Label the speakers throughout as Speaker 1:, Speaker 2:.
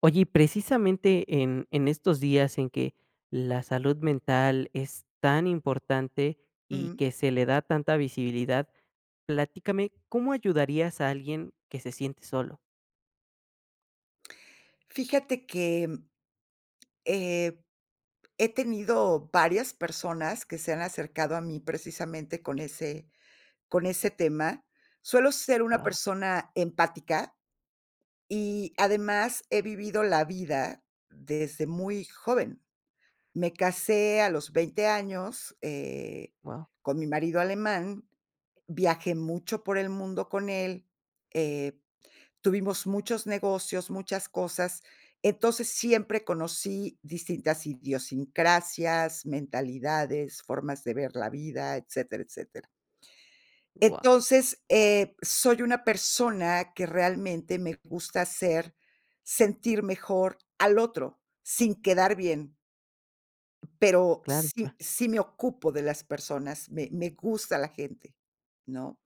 Speaker 1: Oye, y precisamente en estos días en que la salud mental es tan importante y
Speaker 2: Ujú.
Speaker 1: que se le da tanta visibilidad, platícame, ¿cómo ayudarías a alguien que se siente solo?
Speaker 2: Fíjate que, eh, he tenido varias personas que se han acercado a mí precisamente con ese tema. Suelo ser una
Speaker 1: Wow,
Speaker 2: persona empática y además he vivido la vida desde muy joven. Me casé a los 20 años,
Speaker 1: wow,
Speaker 2: con mi marido alemán, viajé mucho por el mundo con él. eh Tuvimos muchos negocios, muchas cosas. Entonces, siempre conocí distintas idiosincrasias, mentalidades, formas de ver la vida, etcétera, etcétera.
Speaker 1: wow,
Speaker 2: Entonces, soy una persona que realmente me gusta hacer sentir mejor al otro, sin quedar bien, pero
Speaker 1: claro,
Speaker 2: sí me ocupo de las personas, me gusta la gente, ¿no?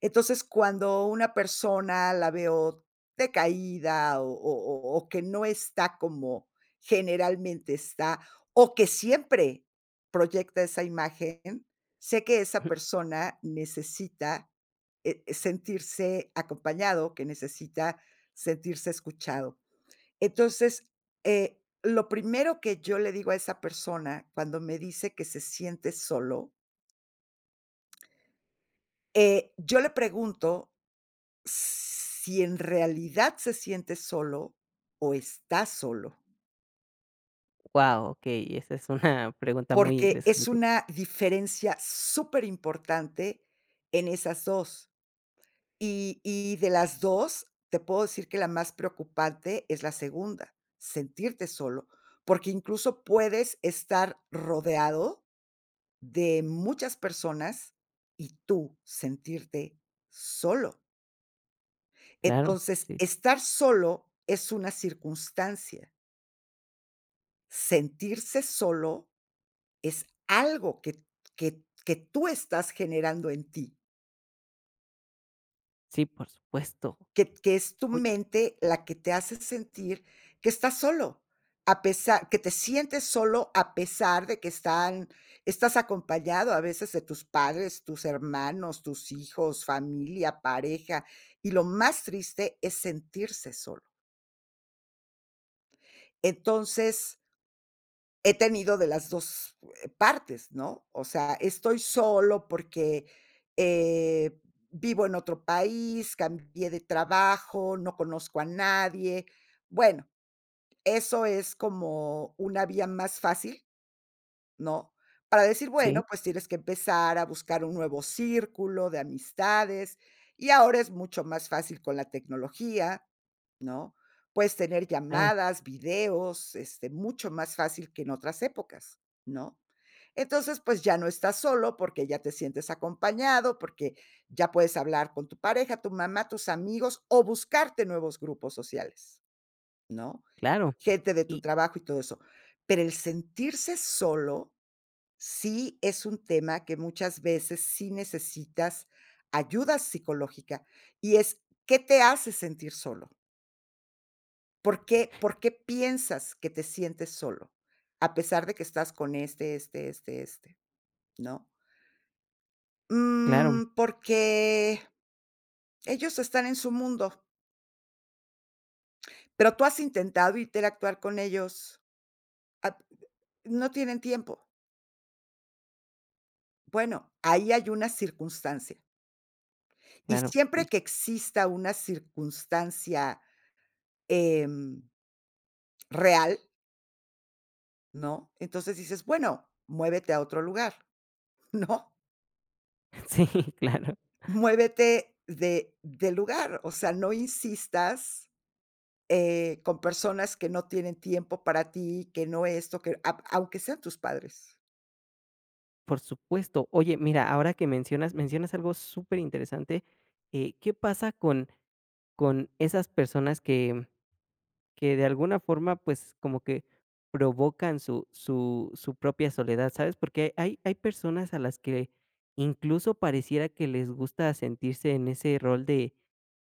Speaker 2: Entonces, cuando una persona la veo decaída o que no está como generalmente está, o que siempre proyecta esa imagen, sé que esa persona necesita, sentirse acompañado, que necesita sentirse escuchado. Entonces, lo primero que yo le digo a esa persona cuando me dice que se siente solo, yo le pregunto si en realidad se siente solo o está solo,
Speaker 1: wow, ok, esa es una pregunta muy
Speaker 2: porque es
Speaker 1: interesante.
Speaker 2: una diferencia súper importante en esas dos. Y de las 2 te puedo decir que la más preocupante es la segunda, sentirte solo, porque incluso puedes estar rodeado de muchas personas y tú sentirte solo.
Speaker 1: Claro,
Speaker 2: Entonces,
Speaker 1: sí,
Speaker 2: estar solo es una circunstancia. Sentirse solo es algo que que tú estás generando en ti,
Speaker 1: sí, por supuesto.
Speaker 2: que es tu
Speaker 1: Oye,
Speaker 2: mente la que te hace sentir que estás solo, a pesar que te sientes solo a pesar de que están estás acompañado a veces de tus padres, tus hermanos, tus hijos, familia, pareja, y lo más triste es sentirse solo. Entonces he tenido de las 2 partes, ¿no? O sea, estoy solo porque, eh, vivo en otro país, cambié de trabajo, no conozco a nadie. Bueno, eso es como una vía más fácil, ¿no? Para decir,
Speaker 1: sí,
Speaker 2: bueno, pues tienes que empezar a buscar un nuevo círculo de amistades, y ahora es mucho más fácil con la tecnología, ¿no? Puedes tener
Speaker 1: ah,
Speaker 2: llamadas, videos, este, mucho más fácil que en otras épocas, ¿no? Entonces, pues ya no estás solo porque ya te sientes acompañado, porque ya puedes hablar con tu pareja, tu mamá, tus amigos o buscarte nuevos grupos sociales, ¿no?
Speaker 1: claro,
Speaker 2: Gente de tu
Speaker 1: y
Speaker 2: trabajo y todo eso. Pero el sentirse solo sí es un tema que muchas veces sí necesitas ayuda psicológica, y es, ¿qué te hace sentir solo? ¿Por qué piensas que te sientes solo? A pesar de que estás con este, este, este, este, ¿no?
Speaker 1: claro,
Speaker 2: Mm, porque ellos están en su mundo, pero tú has intentado interactuar con ellos, ah, no tienen tiempo. Bueno, ahí hay una circunstancia, y
Speaker 1: claro,
Speaker 2: siempre
Speaker 1: sí,
Speaker 2: que exista una circunstancia, em, real, ¿no? Entonces dices, bueno, muévete a otro lugar, ¿no?
Speaker 1: sí, claro.
Speaker 2: Muévete de lugar, o sea, no insistas, con personas que no tienen tiempo para ti, que no esto, que a aunque sean tus padres.
Speaker 1: Por supuesto. Oye, mira, ahora que mencionas algo superinteresante, ¿qué pasa con esas personas que de alguna forma, pues, como que provocan su propia soledad, ¿sabes? Porque hay personas a las que incluso pareciera que les gusta sentirse en ese rol de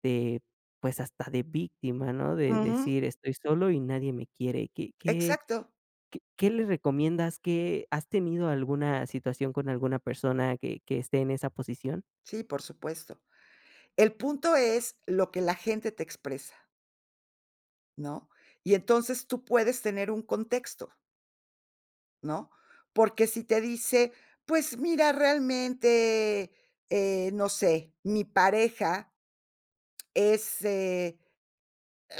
Speaker 1: de, pues, hasta de víctima, ¿no? De
Speaker 2: Ujú,
Speaker 1: decir: "Estoy solo y nadie me quiere". ¿Qué
Speaker 2: exacto.
Speaker 1: ¿Qué qué le recomiendas? ¿Qué ¿has tenido alguna situación con alguna persona que esté en esa posición?
Speaker 2: Sí, por supuesto. El punto es lo que la gente te expresa, ¿no? Y entonces tú puedes tener un contexto, ¿no? Porque si te dice: "Pues mira, realmente, no sé, mi pareja es,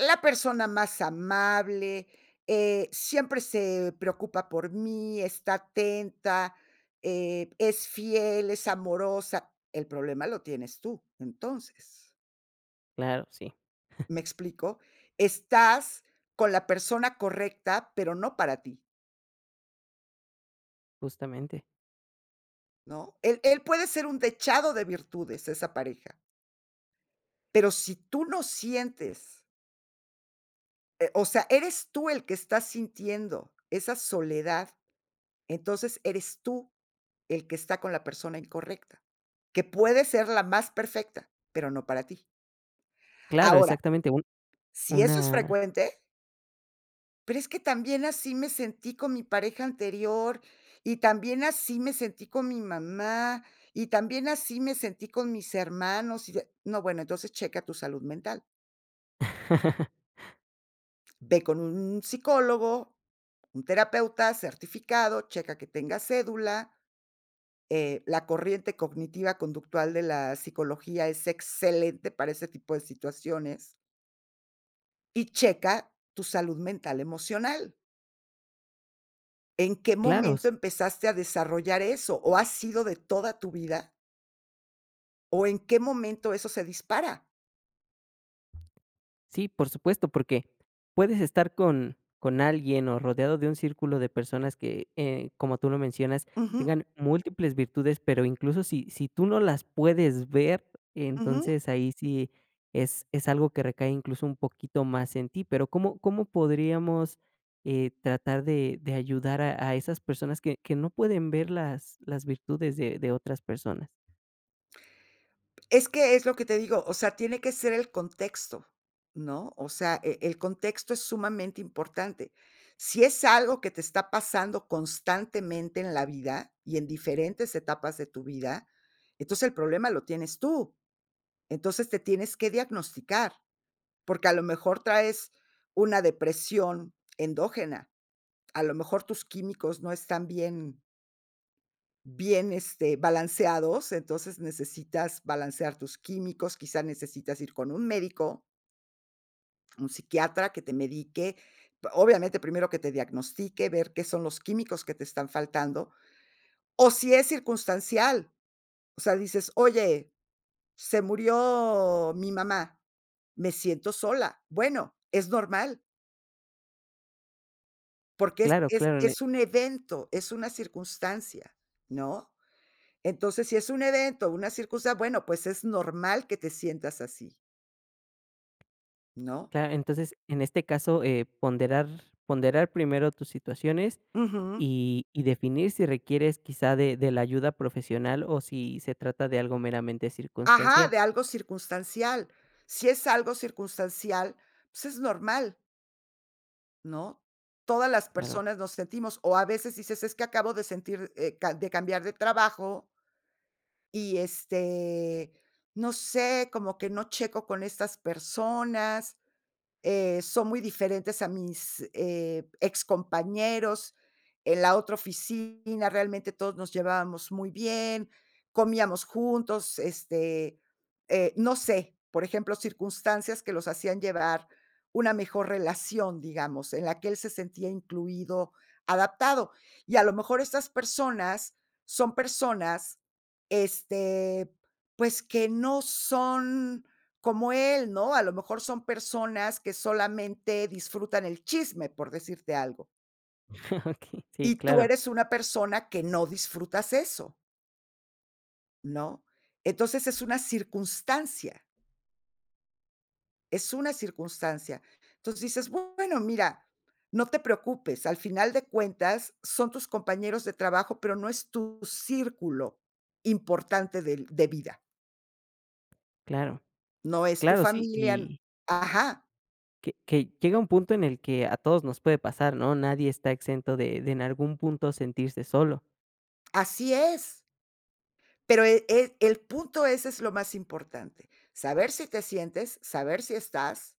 Speaker 2: la persona más amable, siempre se preocupa por mí, está atenta, es fiel, es amorosa. El problema lo tienes tú". Entonces,
Speaker 1: Claro, sí,
Speaker 2: ¿me explico? Estás con la persona correcta, pero no para ti,
Speaker 1: justamente.
Speaker 2: ¿no? Él puede ser un dechado de virtudes, esa pareja, pero si tú no sientes, o sea, eres tú el que estás sintiendo esa soledad, entonces eres tú el que está con la persona incorrecta, que puede ser la más perfecta, pero no para ti.
Speaker 1: Claro,
Speaker 2: Ahora,
Speaker 1: exactamente, un
Speaker 2: si eso es
Speaker 1: una
Speaker 2: frecuente, pero es que también así me sentí con mi pareja anterior, y también así me sentí con mi mamá, y también así me sentí con mis hermanos, y de no, bueno, entonces checa tu salud mental. Ve con un psicólogo, un terapeuta certificado, checa que tenga cédula. La corriente cognitiva conductual de la psicología es excelente para ese tipo de situaciones, y checa tu salud mental emocional. ¿En qué
Speaker 1: claro.
Speaker 2: momento empezaste a desarrollar eso? ¿O ha sido de toda tu vida? ¿O en qué momento eso se dispara?
Speaker 1: Sí, por supuesto, porque puedes estar con alguien o rodeado de un círculo de personas que, como tú lo mencionas,
Speaker 2: Ujú,
Speaker 1: tengan múltiples virtudes, pero incluso si tú no las puedes ver,
Speaker 2: ujú.
Speaker 1: entonces ahí sí es algo que recae incluso un poquito más en ti. Pero, ¿cómo podríamos, tratar de ayudar a esas personas que no pueden ver las virtudes de otras personas?
Speaker 2: Es que es lo que te digo, o sea, tiene que ser el contexto, ¿no? O sea, e el contexto es sumamente importante. Si es algo que te está pasando constantemente en la vida y en diferentes etapas de tu vida, entonces el problema lo tienes tú. Entonces te tienes que diagnosticar, porque a lo mejor traes una depresión endógena, a lo mejor tus químicos no están bien. Bien, este, balanceados, entonces necesitas balancear tus químicos, quizá necesitas ir con un médico, un psiquiatra que te medique, p obviamente, primero que te diagnostique, ver qué son los químicos que te están faltando, o si es circunstancial, o sea, dices: "Oye, se murió mi mamá, me siento sola". Bueno, es normal, porque es
Speaker 1: Claro,
Speaker 2: es
Speaker 1: claro.
Speaker 2: es un evento, es una circunstancia, ¿no? Entonces, si es un evento, una circunstancia, bueno, pues es normal que te sientas así, ¿no?
Speaker 1: Claro, entonces, en este caso, ponderar primero tus situaciones
Speaker 2: Ujú.
Speaker 1: y definir si requieres quizá de la ayuda profesional o si se trata de algo meramente
Speaker 2: Ajá,
Speaker 1: circunstancial.
Speaker 2: de algo circunstancial. Si es algo circunstancial, pues es normal, ¿no? Todas las
Speaker 1: Claro,
Speaker 2: personas nos sentimos, o a veces dices, es que acabo de sentir, ca- de cambiar de trabajo y este, no sé, como que no checo con estas personas. Son muy diferentes a mis, excompañeros en la otra oficina, realmente todos nos llevábamos muy bien, comíamos juntos, este, no sé, por ejemplo, circunstancias que los hacían llevar una mejor relación, digamos, en la que él se sentía incluido, adaptado. Y a lo mejor estas personas son personas, este, pues, que no son como él, ¿no? A lo mejor son personas que solamente disfrutan el chisme, por decirte algo.
Speaker 1: okey, sí,
Speaker 2: Y tú
Speaker 1: claro,
Speaker 2: eres una persona que no disfrutas eso, ¿no? Entonces es una circunstancia, es una circunstancia. Entonces dices, bueno, mira, no te preocupes, al final de cuentas son tus compañeros de trabajo, pero no es tu círculo importante del de vida,
Speaker 1: claro,
Speaker 2: no es tu
Speaker 1: claro, sí,
Speaker 2: familia.
Speaker 1: y
Speaker 2: Ajá,
Speaker 1: que llega un punto en el que a todos nos puede pasar, ¿no? Nadie está exento de en algún punto sentirse solo,
Speaker 2: así es. Pero e e el punto ese es lo más importante, saber si te sientes, saber si estás,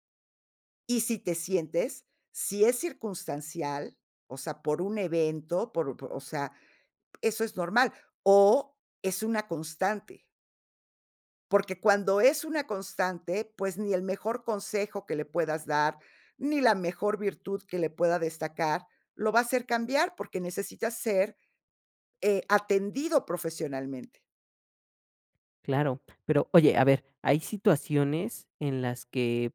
Speaker 2: y si te sientes, si es circunstancial, o sea, por un evento, por o sea, eso es normal, o es una constante. Porque cuando es una constante, pues, ni el mejor consejo que le puedas dar, ni la mejor virtud que le pueda destacar, lo va a hacer cambiar, porque necesitas ser, atendido profesionalmente.
Speaker 1: claro. Pero, oye, a ver, hay situaciones en las que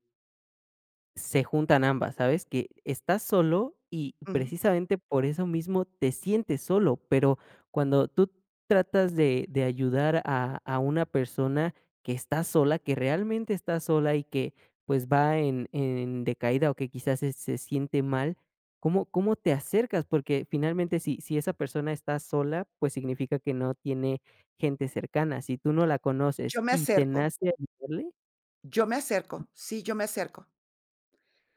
Speaker 1: se juntan ambas, ¿sabes? Que estás solo y
Speaker 2: Ujú.
Speaker 1: precisamente por eso mismo te sientes solo, pero cuando tú tratas de ayudar a una persona que está sola, que realmente está sola y que, pues, va en decaída o que quizás se siente mal, ¿cómo te acercas? Porque finalmente si esa persona está sola, pues significa que no tiene gente cercana. Si tú no la conoces
Speaker 2: Yo me
Speaker 1: y te
Speaker 2: acerco
Speaker 1: nace ayudarle,
Speaker 2: Yo me acerco, sí, yo me acerco.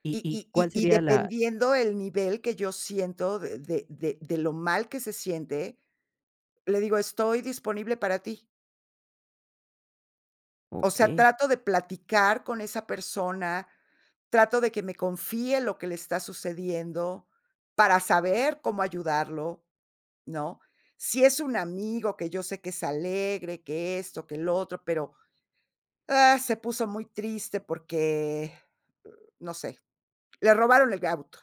Speaker 2: Y
Speaker 1: y
Speaker 2: y
Speaker 1: cuál
Speaker 2: y y
Speaker 1: sería la?
Speaker 2: dependiendo el nivel que yo siento de lo mal que se siente, le digo: "Estoy disponible para ti". O sea,
Speaker 1: Okey.
Speaker 2: trato de platicar con esa persona, trato de que me confíe lo que le está sucediendo para saber cómo ayudarlo, ¿no? Si es un amigo que yo sé que es alegre, que esto, que el otro, pero, ah, se puso muy triste porque, no sé, le robaron el auto.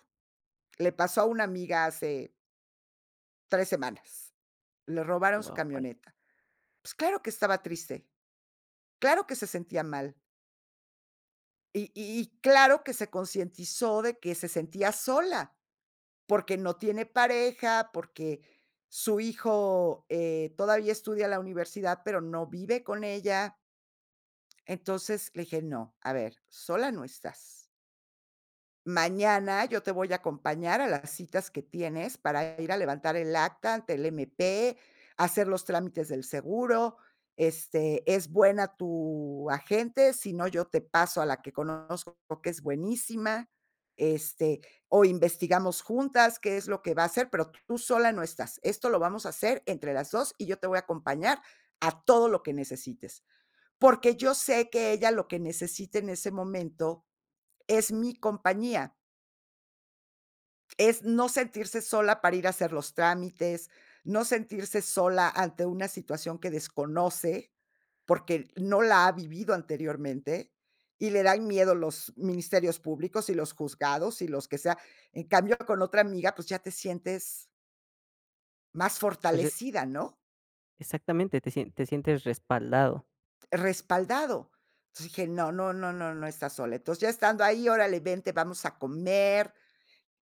Speaker 2: Le pasó a una amiga hace 3 semanas. Le robaron su
Speaker 1: Guau, vaya.
Speaker 2: camioneta. Pues claro que estaba triste, claro que se sentía mal y claro que se concientizó de que se sentía sola, porque no tiene pareja, porque su hijo, todavía estudia en la universidad, pero no vive con ella. Entonces le dije: "No, a ver, sola no estás. Mañana yo te voy a acompañar a las citas que tienes para ir a levantar el acta ante el MP, hacer los trámites del seguro, este, es buena tu agente, si no, yo te paso a la que conozco que es buenísima, este, o investigamos juntas qué es lo que va a hacer, pero tú sola no estás. Esto lo vamos a hacer entre las 2 y yo te voy a acompañar a todo lo que necesites", porque yo sé que ella lo que necesita en ese momento es mi compañía. Es no sentirse sola para ir a hacer los trámites, no sentirse sola ante una situación que desconoce, porque no la ha vivido anteriormente, y le dan miedo los ministerios públicos y los juzgados y los que sea. En cambio, con otra amiga, pues ya te sientes más
Speaker 1: Pues,
Speaker 2: fortalecida, ¿no?
Speaker 1: exactamente, te sientes respaldado.
Speaker 2: Respaldado. Entonces dije: "No, no, no, no, no está sola". Entonces, ya estando ahí, órale, vente, vamos a comer.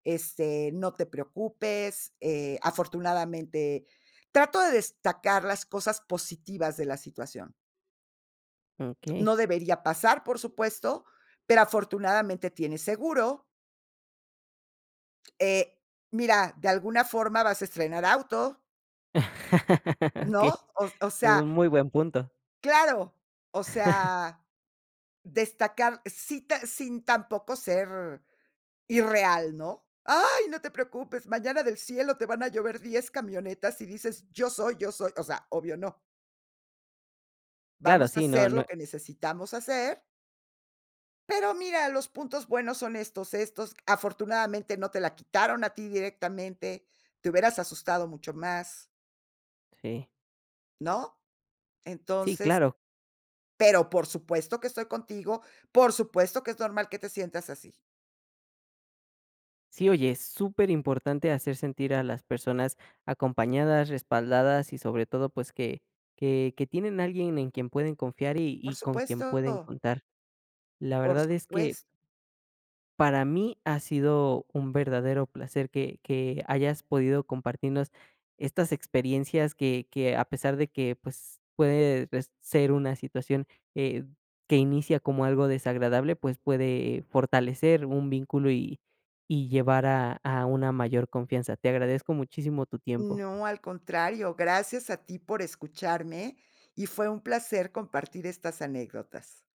Speaker 2: Este, no te preocupes, afortunadamente trato de destacar las cosas positivas de la situación.
Speaker 1: ¿Ok?
Speaker 2: No debería pasar, por supuesto, pero afortunadamente tienes seguro. Eh, Mira, de alguna forma vas a estrenar auto,
Speaker 1: Okey.
Speaker 2: ¿no? O
Speaker 1: Es
Speaker 2: sea,
Speaker 1: un muy buen punto.
Speaker 2: claro, o sea, destacar sí ta- sin tampoco ser irreal, ¿no? Ay, no te preocupes, mañana del cielo te van a llover 10 camionetas y dices, yo soy, o sea, obvio no.
Speaker 1: Claro,
Speaker 2: Vamos a
Speaker 1: sí, no,
Speaker 2: hacer
Speaker 1: no,
Speaker 2: lo que necesitamos hacer, pero mira, los puntos buenos son estos, estos. Afortunadamente, no te la quitaron a ti directamente, te hubieras asustado mucho más,
Speaker 1: sí.
Speaker 2: ¿no?
Speaker 1: Sí,
Speaker 2: Entonces,
Speaker 1: claro.
Speaker 2: pero por supuesto que estoy contigo, por supuesto que es normal que te sientas así.
Speaker 1: Sí, oye, es súper importante hacer sentir a las personas acompañadas, respaldadas y sobre todo, pues, que que tienen alguien en quien pueden confiar y
Speaker 2: Por
Speaker 1: con quien pueden
Speaker 2: supuesto,
Speaker 1: contar. La
Speaker 2: por
Speaker 1: verdad es que
Speaker 2: supuesto.
Speaker 1: para mí ha sido un verdadero placer que hayas podido compartirnos estas experiencias que a pesar de que, pues, puede res ser una situación, eh, que inicia como algo desagradable, pues, puede fortalecer un vínculo y llevar a una mayor confianza. Te agradezco muchísimo tu tiempo.
Speaker 2: No, al contrario, gracias a ti por escucharme y fue un placer compartir estas anécdotas.